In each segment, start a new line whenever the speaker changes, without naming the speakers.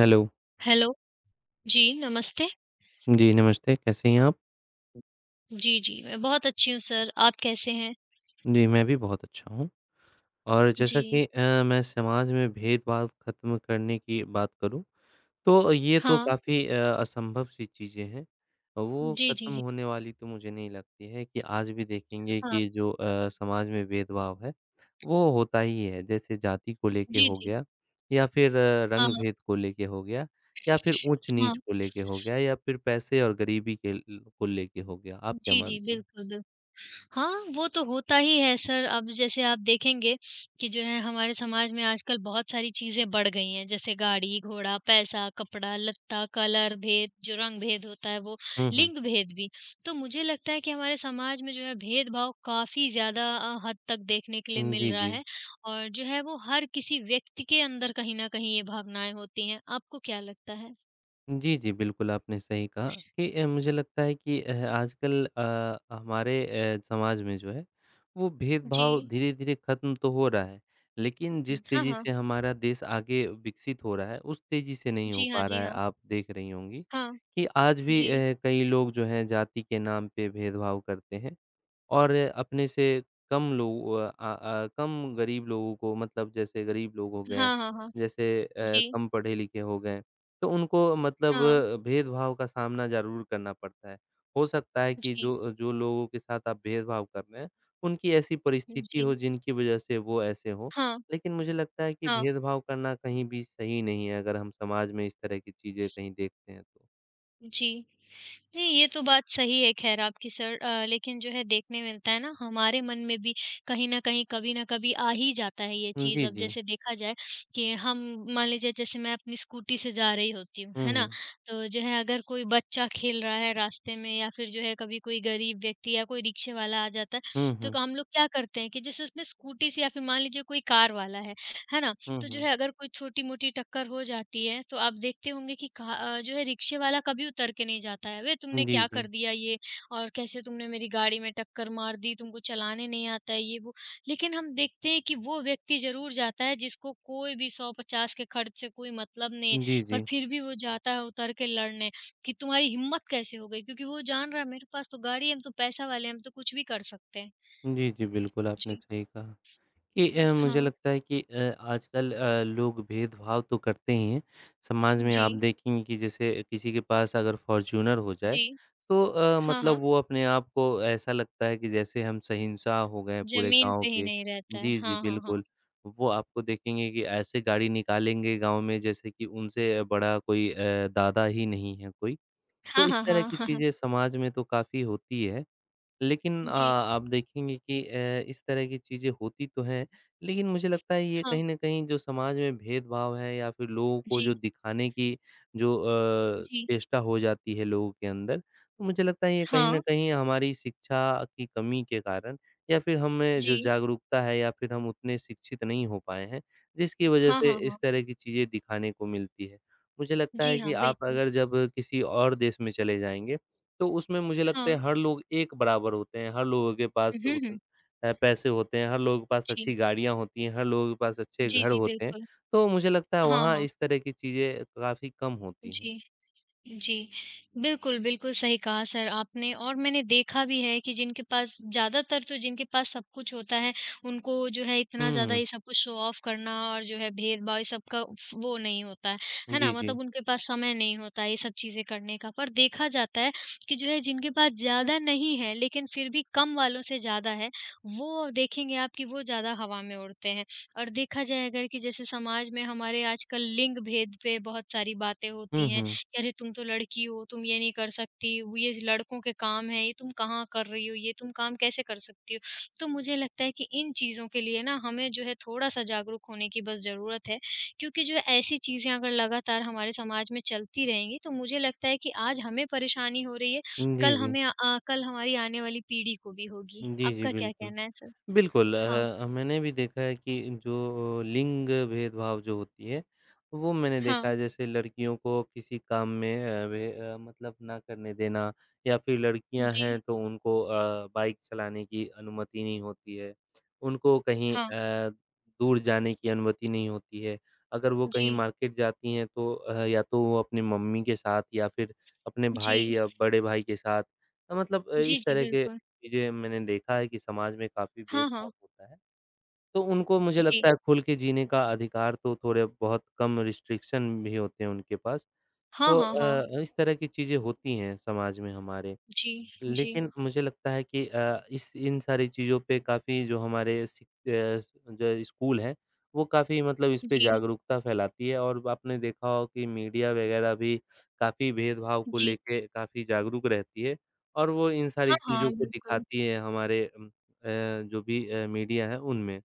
Hello.
Hello, जी, नमस्ते।
जी, नमस्ते, कैसे हैं आप?
जी, जी, मैं बहुत अच्छी हूँ सर, आप कैसे हैं?
जी, मैं भी बहुत अच्छा हूँ। और जैसा कि
जी,
मैं समाज में भेदभाव खत्म करने की बात करूँ, तो ये तो
हाँ,
काफ़ी असंभव सी चीज़ें हैं। वो
जी, जी,
खत्म
जी,
होने वाली तो मुझे नहीं लगती है कि आज भी देखेंगे
हाँ,
कि जो समाज में भेदभाव है, वो होता ही है। जैसे जाति को लेके
जी,
हो
जी,
गया या फिर
हाँ,
रंग-भेद को लेके हो गया या फिर ऊँच-नीच
हाँ।
को लेके हो गया या फिर पैसे और गरीबी के ल को लेके हो गया। आप क्या
जी, जी,
मानती हैं?
बिल्कुल, बिल्कुल। हाँ, वो तो होता ही है सर। अब जैसे आप देखेंगे कि जो है हमारे समाज में आजकल बहुत सारी चीज़ें बढ़ गई हैं। जैसे गाड़ी, घोड़ा, पैसा, कपड़ा, लत्ता, कलर भेद, जो रंग भेद होता है वो,
हुँ, हुँ।
लिंग भेद भी। तो मुझे लगता है कि हमारे समाज में जो है भेदभाव काफ़ी ज़्यादा हद तक देखने के लिए
हुँ,
मिल
जी,
रहा
जी।
है और जो है वो हर किसी व्यक्ति के अंदर कहीं न कहीं ये भावनाएँ होती हैं। आपको क्या लगता है?
जी, जी, बिल्कुल आपने सही कहा कि मुझे लगता है कि आजकल हमारे समाज में जो है वो भेदभाव
जी।
धीरे-धीरे खत्म तो हो रहा है, लेकिन जिस
हाँ,
तेज़ी
हाँ।
से हमारा देश आगे विकसित हो रहा है, उस तेज़ी से नहीं हो
जी हाँ,
पा रहा
जी
है।
हाँ।
आप देख रही होंगी
हाँ,
कि आज भी
जी।
कई लोग जो हैं जाति के नाम पे भेदभाव करते हैं और अपने से कम लोग कम गरीब लोगों को मतलब जैसे गरीब लोग हो गए,
हाँ, हाँ, हाँ।
जैसे
जी,
कम पढ़े-लिखे हो गए, तो उनको मतलब
हाँ।
भेदभाव का सामना ज़रूर करना पड़ता है। हो सकता है कि
जी,
जो जो लोगों के साथ आप भेदभाव कर रहे हैं, उनकी ऐसी परिस्थिति हो
जी।
जिनकी वजह से वो ऐसे हों,
हाँ,
लेकिन मुझे लगता है कि
हाँ,
भेदभाव करना कहीं भी सही नहीं है अगर हम समाज में इस तरह की चीज़ें कहीं देखते हैं तो।
जी। नहीं, ये तो बात सही है ख़ैर आपकी सर लेकिन जो है देखने मिलता है ना हमारे मन में भी कहीं न कहीं, कभी न कभी आ ही जाता है ये चीज़।
जी,
अब
जी।
जैसे देखा जाए कि हम मान लीजिए जैसे मैं अपनी स्कूटी से जा रही होती हूँ,
हुँ,
है ना?
हुँ।
तो जो है अगर कोई बच्चा खेल रहा है रास्ते में या फ़िर जो है कभी कोई गरीब व्यक्ति या कोई रिक्शे वाला आ जाता है,
हुँ,
तो
हुँ।
हम लोग क्या करते हैं कि जैसे उसमें स्कूटी से या फ़िर मान लीजिए कोई कार वाला है ना?
हुँ,
तो जो
हुँ।
है अगर कोई छोटी-मोटी टक्कर हो जाती है, तो आप देखते होंगे कि कहा जो है रिक्शे वाला कभी उतर के नहीं जाता है, "वे तुमने
जी,
क्या कर
जी।
दिया ये? और कैसे तुमने मेरी गाड़ी में टक्कर मार दी? तुमको चलाने नहीं आता है ये वो।" लेकिन हम देखते हैं कि वो व्यक्ति ज़रूर जाता है जिसको कोई भी 100-50 के खर्च से कोई मतलब नहीं है,
जी,
पर
जी।
फिर भी वो जाता है उतर के लड़ने कि तुम्हारी हिम्मत कैसे हो गई? क्योंकि वो जान रहा है मेरे पास तो गाड़ी है, हम तो पैसा वाले हैं, हम तो कुछ भी कर सकते हैं।
जी, जी, बिल्कुल, आपने
जी।
सही कहा कि मुझे
हाँ।
लगता है कि आजकल लोग भेदभाव तो करते ही हैं। समाज में
जी।
आप देखेंगे कि जैसे किसी के पास अगर फ़ॉर्च्यूनर हो जाए,
जी।
तो
हाँ,
मतलब
हाँ।
वो अपने आप को ऐसा लगता है कि जैसे हम सहिंसा हो गए हैं पूरे
ज़मीन
गाँव
पे ही
के।
नहीं रहता है।
जी, जी,
हाँ, हाँ, हाँ।
बिल्कुल। वो आपको देखेंगे कि ऐसे गाड़ी निकालेंगे गाँव में जैसे कि उनसे बड़ा कोई दादा ही नहीं है कोई। तो
हाँ,
इस
हाँ,
तरह
हाँ,
की
हाँ, हाँ।
चीज़ें समाज में तो काफ़ी होती है। लेकिन
जी,
आप देखेंगे कि इस तरह की चीज़ें होती तो हैं, लेकिन मुझे लगता है ये
हाँ,
कहीं न कहीं जो समाज में भेदभाव है या फिर लोगों को जो
जी,
दिखाने की जो
जी,
चेष्टा हो जाती है लोगों के अंदर, तो मुझे लगता है ये कहीं न
हाँ,
कहीं हमारी शिक्षा की कमी के कारण या फिर हमें
जी।
जो जागरूकता है या फिर हम उतने शिक्षित नहीं हो पाए हैं, जिसकी वजह
हाँ,
से
हाँ, हाँ।
इस तरह की चीज़ें दिखाने को मिलती है। मुझे लगता
जी
है कि
हाँ,
आप
बिल्कुल।
अगर जब किसी और देश में चले जाएँगे तो उसमें मुझे लगता
हाँ।
है हर लोग एक बराबर होते हैं, हर लोगों के पास
हुँ,
उतन
हुँ।
पैसे होते हैं, हर लोगों के पास
जी।
अच्छी गाड़ियाँ होती हैं, हर लोगों के पास अच्छे
जी,
घर
जी,
होते हैं,
बिल्कुल।
तो मुझे लगता है
हाँ,
वहाँ
हाँ।
इस तरह की चीज़ें काफ़ी कम होती हैं।
जी। जी, बिल्कुल, बिल्कुल सही कहा सर आपने और मैंने देखा भी है कि जिनके पास ज़्यादातर तो जिनके पास सब कुछ होता है, उनको जो है इतना
हुँ,
ज़्यादा ये
हुँ।
सब कुछ शो ऑफ करना और जो है भेदभाव ये सब का वो नहीं होता है ना?
जी, जी।
मतलब उनके पास समय नहीं होता है ये सब चीज़ें करने का। पर देखा जाता है कि जो है जिनके पास ज़्यादा नहीं है, लेकिन फिर भी कम वालों से ज़्यादा है, वो देखेंगे आप कि वो ज़्यादा हवा में उड़ते हैं। और देखा जाए अगर कि जैसे समाज में हमारे आजकल लिंग भेद पे बहुत सारी बातें
हुँ,
होती हैं
हुँ।
कि अरे तुम तो लड़की हो, तुम ये नहीं कर सकती, वो ये लड़कों के काम है, ये तुम कहाँ कर रही हो, ये तुम काम कैसे कर सकती हो? तो मुझे लगता है कि इन चीज़ों के लिए ना हमें जो है थोड़ा-सा जागरूक होने की बस ज़रूरत है, क्योंकि जो है ऐसी चीज़ें अगर लगातार हमारे समाज में चलती रहेंगी, तो मुझे लगता है कि आज हमें परेशानी हो रही है,
जी, जी।
कल हमारी आने वाली पीढ़ी को भी होगी।
जी, जी,
आपका क्या
बिल्कुल।
कहना है सर?
बिल्कुल
हाँ,
मैंने भी देखा है कि जो लिंग भेदभाव जो होती है, वो मैंने
हाँ,
देखा है जैसे लड़कियों को किसी काम में मतलब ना करने देना या फिर लड़कियां हैं
जी,
तो उनको बाइक चलाने की अनुमति नहीं होती है। उनको कहीं
हाँ,
दूर जाने की अनुमति नहीं होती है। अगर वो कहीं
जी,
मार्केट जाती हैं तो या तो वो अपनी मम्मी के साथ या फिर अपने भाई
जी,
या बड़े भाई के साथ
जी,
इस
जी,
तरह के
बिल्कुल।
चीज़ें मैंने देखा है कि समाज में काफ़ी
हाँ,
भेदभाव
हाँ,
होता है, तो उनको मुझे
जी।
लगता है खुल के जीने का अधिकार तो थोड़े बहुत कम रिस्ट्रिक्शन भी होते हैं उनके पास।
हाँ,
तो
हाँ, हाँ।
इस तरह की चीज़ें होती हैं समाज में हमारे।
जी, जी,
लेकिन मुझे लगता है कि इस इन सारी चीज़ों पे काफ़ी जो हमारे सिक जो स्कूल हैं, वो काफ़ी मतलब इस पे
जी,
जागरूकता फैलाती है और आपने देखा हो कि मीडिया वगैरह भी काफ़ी भेदभाव को
जी।
लेके काफ़ी जागरूक रहती है और वो इन सारी
हाँ,
चीज़ों
हाँ,
को
बिल्कुल।
दिखाती है हमारे जो भी मीडिया है उनमें।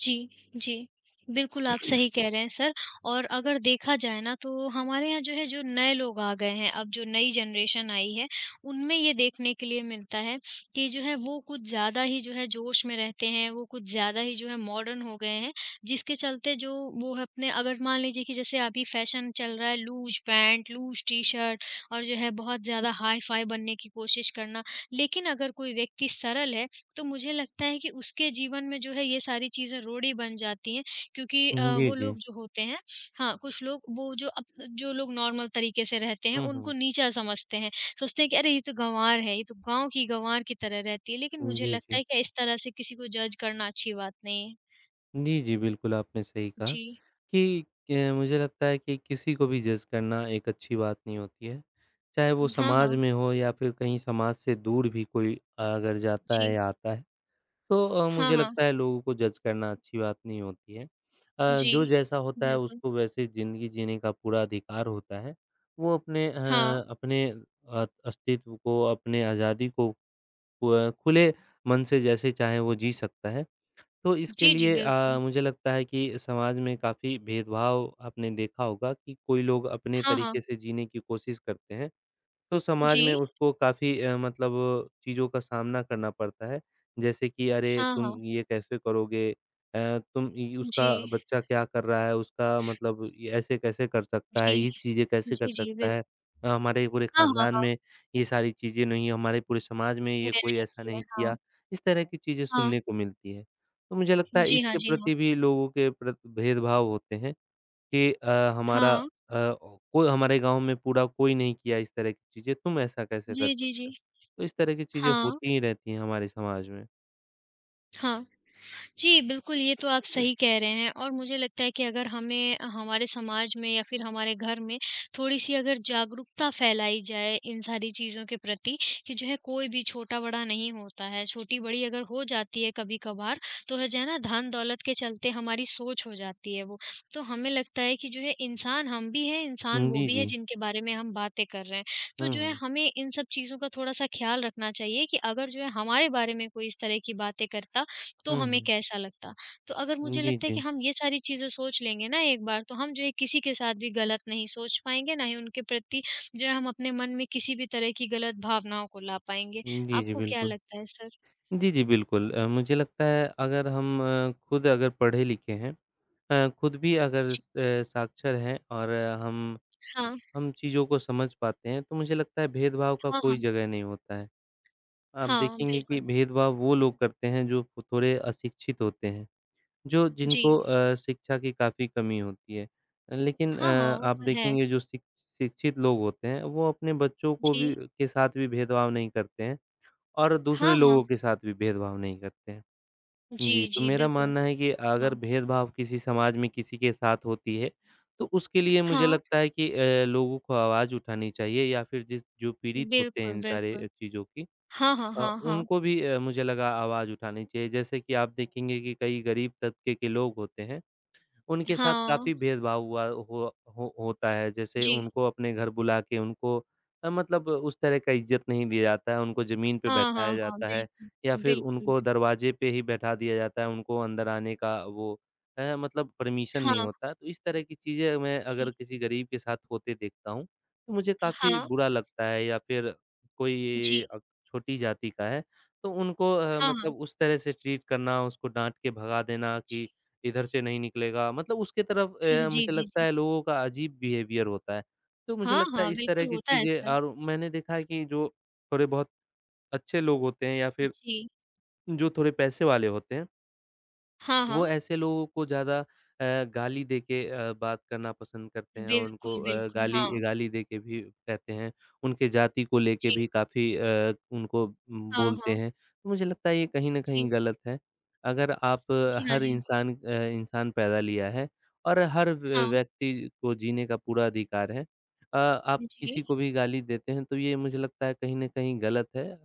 जी, जी। बिल्कुल, आप सही कह रहे हैं सर और अगर देखा जाए ना तो हमारे यहाँ जो है जो नए लोग आ गए हैं, अब जो नई जनरेशन आई है, उनमें ये देखने के लिए मिलता है कि जो है वो कुछ ज़्यादा ही जो है जोश में रहते हैं, वो कुछ ज़्यादा ही जो है मॉडर्न हो गए हैं, जिसके चलते जो वो है अपने अगर मान लीजिए कि जैसे अभी फैशन चल रहा है लूज़ पैंट, लूज़ टी-शर्ट और जो है बहुत ज़्यादा हाई-फाई बनने की कोशिश करना। लेकिन अगर कोई व्यक्ति सरल है तो मुझे लगता है कि उसके जीवन में जो है ये सारी चीज़ें रोड़ी बन जाती हैं क्योंकि
हुँ, जी,
वो
जी।
लोग जो होते हैं हाँ, कुछ लोग वो जो अप जो लोग नॉर्मल तरीके से रहते हैं
हुँ,
उनको
हुँ।
नीचा समझते हैं। सोचते हैं कि अरे ये तो गँवार है, ये तो गाँव की गँवार की तरह रहती है। लेकिन मुझे
जी,
लगता
जी।
है कि इस तरह से किसी को जज करना अच्छी बात नहीं है।
जी, जी, बिल्कुल आपने सही कहा
जी।
कि मुझे लगता है कि किसी को भी जज करना एक अच्छी बात नहीं होती है। चाहे वो
हाँ,
समाज
हाँ।
में हो या फिर कहीं समाज से दूर भी कोई अगर जाता है
जी।
या आता है, तो
हाँ,
मुझे
हाँ।
लगता है लोगों को जज करना अच्छी बात नहीं होती है।
जी।
जो जैसा होता है
बिल्कुल।
उसको वैसे ज़िंदगी जीने का पूरा अधिकार होता है। वो अपने
हाँ।
अपने अस्तित्व को, अपने आज़ादी को खुले मन से जैसे चाहे वो जी सकता है। तो इसके
जी, जी,
लिए
बिल्कुल।
मुझे लगता है कि समाज में काफ़ी भेदभाव आपने देखा होगा कि कोई लोग अपने
हाँ, हाँ।
तरीके से जीने की कोशिश करते हैं तो समाज
जी।
में उसको काफ़ी मतलब चीज़ों का सामना करना पड़ता है। जैसे कि अरे!
हाँ,
तुम
हाँ।
ये कैसे करोगे? तुम इ
जी।
उसका बच्चा क्या कर रहा है? उसका मतलब ये ऐसे कैसे कर सकता है?
जी।
ये चीज़ें कैसे कर
जी, जी,
सकता
बिल
है? हमारे पूरे
हाँ, हाँ,
ख़ानदान
हाँ।
में ये सारी चीज़ें नहीं है, हमारे पूरे समाज में
किसी
ये
ने
कोई
नहीं
ऐसा
की है,
नहीं
हाँ।
किया। इस तरह की चीज़ें
हाँ,
सुनने को मिलती है। तो मुझे लगता है
जी हाँ,
इसके
जी हाँ।
प्रति भी लोगों के प्रति भेदभाव होते हैं। कि हमारा
हाँ,
अ, कोई हमारे गाँव में पूरा कोई नहीं किया इस तरह की चीज़ें, तुम ऐसा कैसे कर
जी, जी,
सकते
जी।
हो? तो इस तरह की चीज़ें
हाँ,
होती ही रहती हैं हमारे समाज में।
हाँ। जी, बिल्कुल, ये तो आप सही कह रहे हैं और मुझे लगता है कि अगर हमें हमारे समाज में या फिर हमारे घर में थोड़ी-सी अगर जागरूकता फैलाई जाए इन सारी चीज़ों के प्रति कि जो है कोई भी छोटा-बड़ा नहीं होता है, छोटी-बड़ी अगर हो जाती है कभी-कभार, तो है जो है ना धन-दौलत के चलते हमारी सोच हो जाती है वो। तो हमें लगता है कि जो है इंसान हम भी हैं, इंसान वो
जी,
भी है
जी।
जिनके बारे में हम बातें कर रहे हैं। तो
हुँ,
जो है
हुँ।
हमें इन सब चीज़ों का थोड़ा-सा ख़्याल रखना चाहिए कि अगर जो है हमारे बारे में कोई इस तरह की बातें करता तो
हुँ,
हमें
हुँ।
कैसा लगता? तो अगर मुझे
जी,
लगता है कि
जी।
हम ये सारी चीज़ें सोच लेंगे ना एक बार, तो हम जो है किसी के साथ भी गलत नहीं सोच पाएँगे, ना ही उनके प्रति जो है हम अपने मन में किसी भी तरह की गलत भावनाओं को ला पाएँगे।
जी, जी,
आपको क्या
बिल्कुल।
लगता है सर?
जी, जी, बिल्कुल मुझे लगता है अगर हम खुद अगर पढ़े-लिखे हैं खुद भी अगर
जी,
स साक्षर हैं और
हाँ,
हम चीज़ों को समझ पाते हैं, तो मुझे लगता है भेदभाव का
हाँ,
कोई
हाँ।
जगह नहीं होता है। आप
हाँ,
देखेंगे कि
बिल्कुल।
भेदभाव वो लोग करते हैं जो थोड़े अशिक्षित होते हैं, जो जिनको
जी।
शिक्षा की काफ़ी कमी होती है। लेकिन
हाँ, हाँ, वो
आप
तो है।
देखेंगे जो शिक शिक्षित लोग होते हैं वो अपने बच्चों को भी
जी।
के साथ भी भेदभाव नहीं करते हैं और दूसरे
हाँ, हाँ।
लोगों के साथ भी भेदभाव नहीं करते हैं। जी,
जी,
तो
जी,
मेरा
बिल्कुल।
मानना है कि
हाँ।
अगर भेदभाव किसी समाज में किसी के साथ होती है, तो उसके लिए मुझे
हाँ,
लगता है कि लोगों को आवाज़ उठानी चाहिए या फिर जिस जो पीड़ित होते हैं
बिल्कुल,
इन
बिल्कुल।
सारे चीज़ों की
हाँ, हाँ,
अ,
हाँ, हाँ।
उनको भी मुझे लगा आवाज़ उठानी चाहिए। जैसे कि आप देखेंगे कि कई गरीब तबके के लोग होते हैं, उनके साथ
हाँ,
काफ़ी भेदभाव हुआ हो होता है, जैसे
जी।
उनको अपने घर बुला के उनको मतलब उस तरह का इज़्ज़त नहीं दिया जाता है, उनको ज़मीन पे
हाँ, हाँ,
बैठाया
हाँ,
जाता है
बिल्कुल।
या फिर
बिल्कुल,
उनको
बिल्कुल।
दरवाज़े पे ही बैठा दिया जाता है, उनको अंदर आने का वो है मतलब परमिशन नहीं
हाँ,
होता। तो इस तरह की चीज़ें मैं अगर
जी।
किसी गरीब के साथ होते देखता हूँ, तो मुझे काफ़ी
हाँ।
बुरा लगता है या फिर कोई
जी,
छोटी जाति का है, तो उनको
हाँ,
मतलब
हाँ।
उस तरह से ट्रीट करना, उसको डाँट के भगा देना कि इधर से नहीं निकलेगा मतलब उसके तरफ
जी, जी,
मुझे
जी,
लगता
जी।
है लोगों का अजीब बिहेवियर होता है। तो मुझे
हाँ,
लगता है
हाँ,
इस तरह
बिल्कुल
की
होता है
चीज़ें
ऐसा।
और मैंने देखा है कि जो थोड़े बहुत अच्छे लोग होते हैं या फिर
जी,
जो थोड़े पैसे वाले होते हैं
हाँ,
वो
हाँ।
ऐसे लोगों को ज़्यादा अ, गाली दे के बात करना पसंद करते हैं, उनको
बिल्कुल, बिल्कुल,
गाली
हाँ।
गाली दे के भी कहते हैं, उनके जाति को लेके
जी,
भी काफ़ी उनको
हाँ,
बोलते
हाँ।
हैं। तो मुझे लगता है ये कहीं न कहीं
जी,
गलत है। अगर आप
जी हाँ,
हर
जी
इंसान इंसान पैदा लिया है और हर व्य
हाँ।
व्यक्ति को जीने का पूरा अधिकार है। आप
जी,
किसी को भी गाली देते हैं तो ये मुझे लगता है कहीं न कहीं गलत है।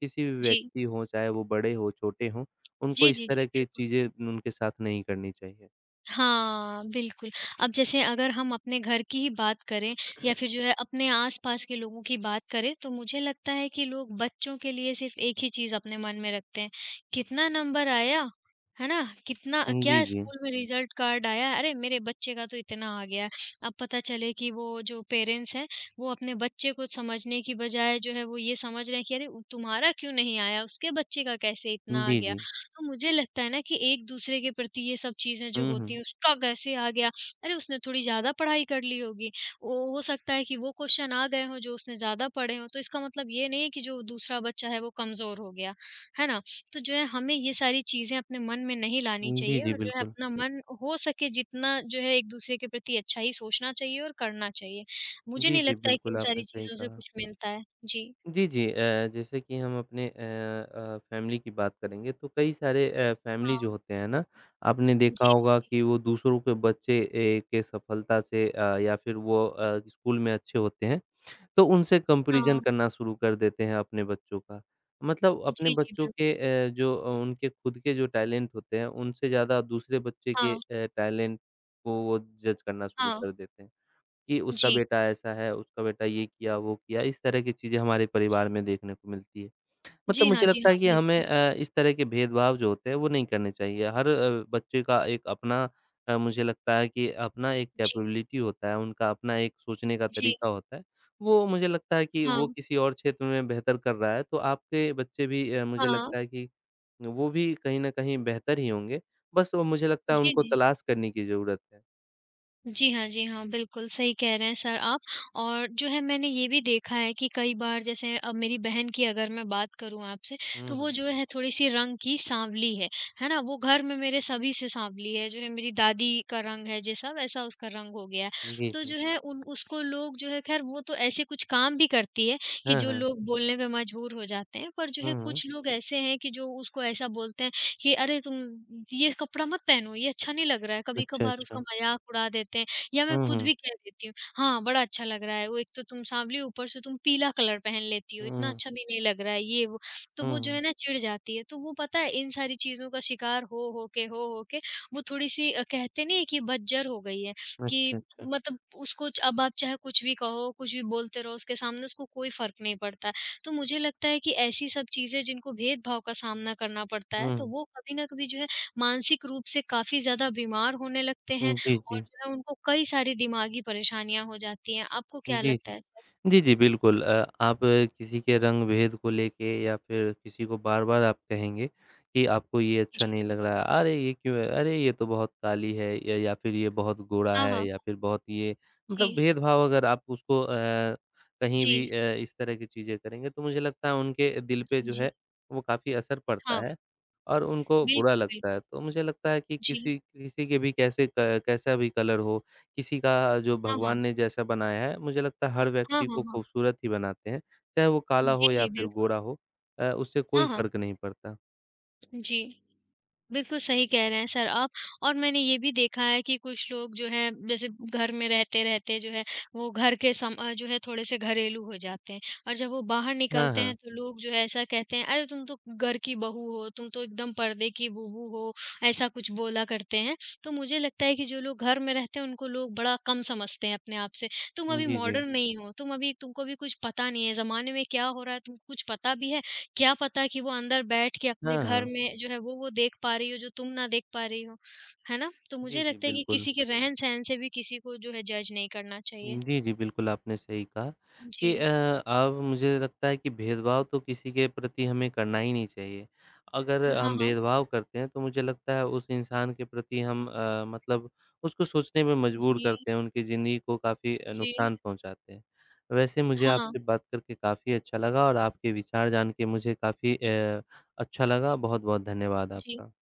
किसी भी
जी।
व्यक्ति हों, चाहे वो बड़े हों, छोटे हों। उनको
जी,
इस
जी,
तरह
जी,
की
बिल्कुल।
चीज़ें उनके साथ नहीं करनी चाहिए।
हाँ, बिल्कुल। अब जैसे अगर हम अपने घर की ही बात करें या फिर जो है अपने आस-पास के लोगों की बात करें, तो मुझे लगता है कि लोग बच्चों के लिए सिर्फ़ एक ही चीज़ अपने मन में रखते हैं, कितना नंबर आया, है ना? कितना
जी,
क्या
जी।
स्कूल में रिज़ल्ट कार्ड आया, अरे! मेरे बच्चे का तो इतना आ गया है। अब पता चले कि वो जो पेरेंट्स हैं, वो अपने बच्चे को समझने की बजाय जो है वो ये समझ रहे हैं कि अरे! उ- तुम्हारा क्यों नहीं आया, उसके बच्चे का कैसे इतना आ
जी,
गया?
जी।
तो मुझे लगता है ना कि एक-दूसरे के प्रति ये सब चीज़ें जो
हुँ,
होती
हुँ।
हैं, उसका कैसे आ गया? अरे, उसने थोड़ी ज़्यादा पढ़ाई कर ली होगी। वो हो सकता है कि वो क्वेश्चन आ गए हों जो उसने ज़्यादा पढ़े हों, तो इसका मतलब ये नहीं है कि जो दूसरा बच्चा है वो कमज़ोर हो गया, है ना? तो जो है हमें ये सारी चीज़ें अपने मन में नहीं लानी
जी,
चाहिए
जी,
और जो है
बिल्कुल।
अपना मन हो सके जितना जो है एक-दूसरे के प्रति अच्छा ही सोचना चाहिए और करना चाहिए। मुझे
जी,
नहीं
जी,
लगता है कि
बिल्कुल
इन
आपने
सारी
सही
चीज़ों से
कहा।
कुछ मिलता है। जी।
जी, जी जैसे कि हम अपने फैमिली की बात करेंगे तो कई सारे फैमिली जो
हाँ।
होते हैं ना, आपने
जी,
देखा
जी,
होगा
जी।
कि वो दूसरों के बच्चे के सफलता से या फिर वो स्कूल में अच्छे होते हैं। तो उनसे कंपैरिज़न
हाँ।
करना शुरू कर देते हैं अपने बच्चों का। मतलब अपने
जी, जी,
बच्चों के
बिल्कुल।
जो उनके खुद के जो टैलेंट होते हैं, उनसे ज़्यादा दूसरे बच्चे के
हाँ,
टैलेंट को वो जज करना शुरू
हाँ।
कर देते हैं, कि उसका
जी,
बेटा ऐसा है, उसका बेटा ये किया, वो किया। इस तरह की चीज़ें हमारे
जी,
परिवार में देखने को मिलती है। मतलब
जी हाँ,
मुझे
जी
लगता
हाँ,
है कि हमें
बिल्कुल।
इस तरह के भेदभाव जो होते हैं वो नहीं करने चाहिए। हर बच्चे का एक अपना मुझे लगता है कि अपना एक
जी,
कैपेबिलिटी होता है, उनका अपना एक सोचने का
जी,
तरीका होता है। वो मुझे लगता है कि
हाँ,
वो किसी और क्षेत्र में बेहतर कर रहा है तो आपके बच्चे भी मुझे
हाँ,
लगता है कि वो भी कहीं न कहीं बेहतर ही होंगे। बस वो मुझे लगता है
जी,
उनको
जी।
तलाश करने की ज़रूरत है।
जी हाँ, जी हाँ, बिल्कुल सही कह रहे हैं सर आप और जो है मैंने ये भी देखा है कि कई बार जैसे अब मेरी बहन की अगर मैं बात करूँ आपसे,
हुँ,
तो वो
हुँ।
जो है थोड़ी-सी रंग की साँवली है ना? वो घर में मेरे सभी से साँवली है, जो है मेरी दादी का रंग है जैसा वैसा उसका रंग हो गया है।
जी,
तो
जी।
जो है उन उसको लोग जो है ख़ैर वो तो ऐसे कुछ काम भी करती है कि
हाँ,
जो
हाँ।
लोग बोलने पे मजबूर हो जाते हैं, पर जो
हुँ,
है
हुँ।
कुछ लोग ऐसे हैं कि जो उसको ऐसा बोलते हैं कि अरे तुम ये कपड़ा मत पहनो, ये अच्छा नहीं लग रहा है।
अच्छा,
कभी-कभार उसका
अच्छा।
मज़ाक उड़ा देते हैं या मैं
हुँ,
खुद
हुँ।
भी कह देती हूँ, हाँ, बड़ा अच्छा लग रहा है। वो एक तो तुम सांवली ऊपर से तुम पीला कलर पहन लेती हो,
हुँ,
इतना
हुँ।
अच्छा भी नहीं लग रहा है ये वो। तो
हुँ,
वो जो
हुँ।
है ना चिढ़ जाती है। तो वो पता है इन सारी चीज़ों का शिकार हो हो के वो थोड़ी-सी कहते नहीं है कि बज्जर हो गई है
अच्छा,
कि
अच्छा।
मतलब उसको च अब आप चाहे कुछ भी कहो, कुछ भी बोलते रहो उसके सामने उसको कोई फ़र्क नहीं पड़ता। तो मुझे लगता है कि ऐसी सब चीज़ें जिनको भेदभाव का सामना करना पड़ता
हुँ,
है, तो
हुँ।
वो कभी न कभी जो है मानसिक रूप से काफ़ी ज़्यादा बीमार होने लगते हैं
जी,
और
जी।
जो है उनको कई सारी दिमागी परेशानियाँ हो जाती हैं। आपको क्या
जी, जी।
लगता है सर?
जी, जी, बिल्कुल आप किसी के रंग-भेद को लेके या फिर किसी को बार-बार आप कहेंगे कि आपको ये अच्छा
जी।
नहीं लग रहा है, "अरे! ये क्यों है? अरे! ये तो बहुत काली है या फिर ये बहुत गोरा
हाँ,
है
हाँ।
या फिर बहुत ये।"
जी।
मतलब भेदभाव अगर आप उसको कहीं
जी।
भी इस तरह की चीज़ें करेंगे, तो मुझे लगता है उनके दिल पे
जी,
जो
जी।
है, वो काफ़ी असर पड़ता
हाँ,
है और उनको बुरा
बिल्कुल,
लगता
बिल्कुल।
है। तो मुझे लगता है कि
जी।
किसी किसी के भी कैसे क कैसा भी कलर हो किसी का जो
हाँ,
भगवान
हाँ।
ने जैसा बनाया है, मुझे लगता है हर
हाँ,
व्यक्ति
हाँ,
को
हाँ।
खूबसूरत ही बनाते हैं, चाहे वो काला
जी,
हो या
जी,
फिर
बिल्कुल।
गोरा हो उससे कोई
हाँ, हाँ।
फ़र्क नहीं पड़ता।
जी। बिल्कुल सही कह रहे हैं सर आप और मैंने ये भी देखा है कि कुछ लोग जो हैं जैसे घर में रहते-रहते जो है वो घर के सम अ, जो है थोड़े-से घरेलू हो जाते हैं और जब वो बाहर
हाँ,
निकलते हैं
हाँ।
तो लोग जो है ऐसा कहते हैं, "अरे! तुम तो घर की बहू हो, तुम तो एकदम पर्दे की बूबू हो।" ऐसा कुछ बोला करते हैं। तो मुझे लगता है कि जो लोग घर में रहते हैं उनको लोग बड़ा कम समझते हैं अपने आप से। तुम अभी
जी, जी।
मॉडर्न नहीं हो, तुम अभी तुमको अभी कुछ पता नहीं है, ज़माने में क्या हो रहा है तुमको कुछ पता भी है? क्या पता कि वो अंदर बैठ के अपने
हाँ,
घर
हाँ।
में जो है वो देख पा रही हो जो तुम ना देख पा रही हो, है ना? तो
जी,
मुझे
जी,
लगता है कि
बिल्कुल।
किसी के रहन-सहन से भी किसी को जो है जज नहीं करना चाहिए।
जी, जी, बिल्कुल आपने सही कहा
जी।
कि अब मुझे लगता है कि भेदभाव तो किसी के प्रति हमें करना ही नहीं चाहिए। अगर
हाँ,
हम
हाँ।
भेदभाव करते हैं तो मुझे लगता है उस इंसान के प्रति हम मतलब उसको सोचने पे मजबूर
जी,
करते हैं, उनकी ज़िंदगी को काफ़ी
जी।
नुकसान पहुँचाते हैं। वैसे मुझे
हाँ,
आपसे बात करके काफ़ी अच्छा लगा और आपके विचार जान के मुझे काफ़ी अच्छा लगा। बहुत-बहुत धन्यवाद
जी।
आपका।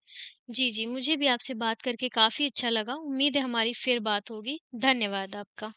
जी, जी, मुझे भी आपसे बात करके काफ़ी अच्छा लगा। उम्मीद है हमारी फिर बात होगी। धन्यवाद आपका।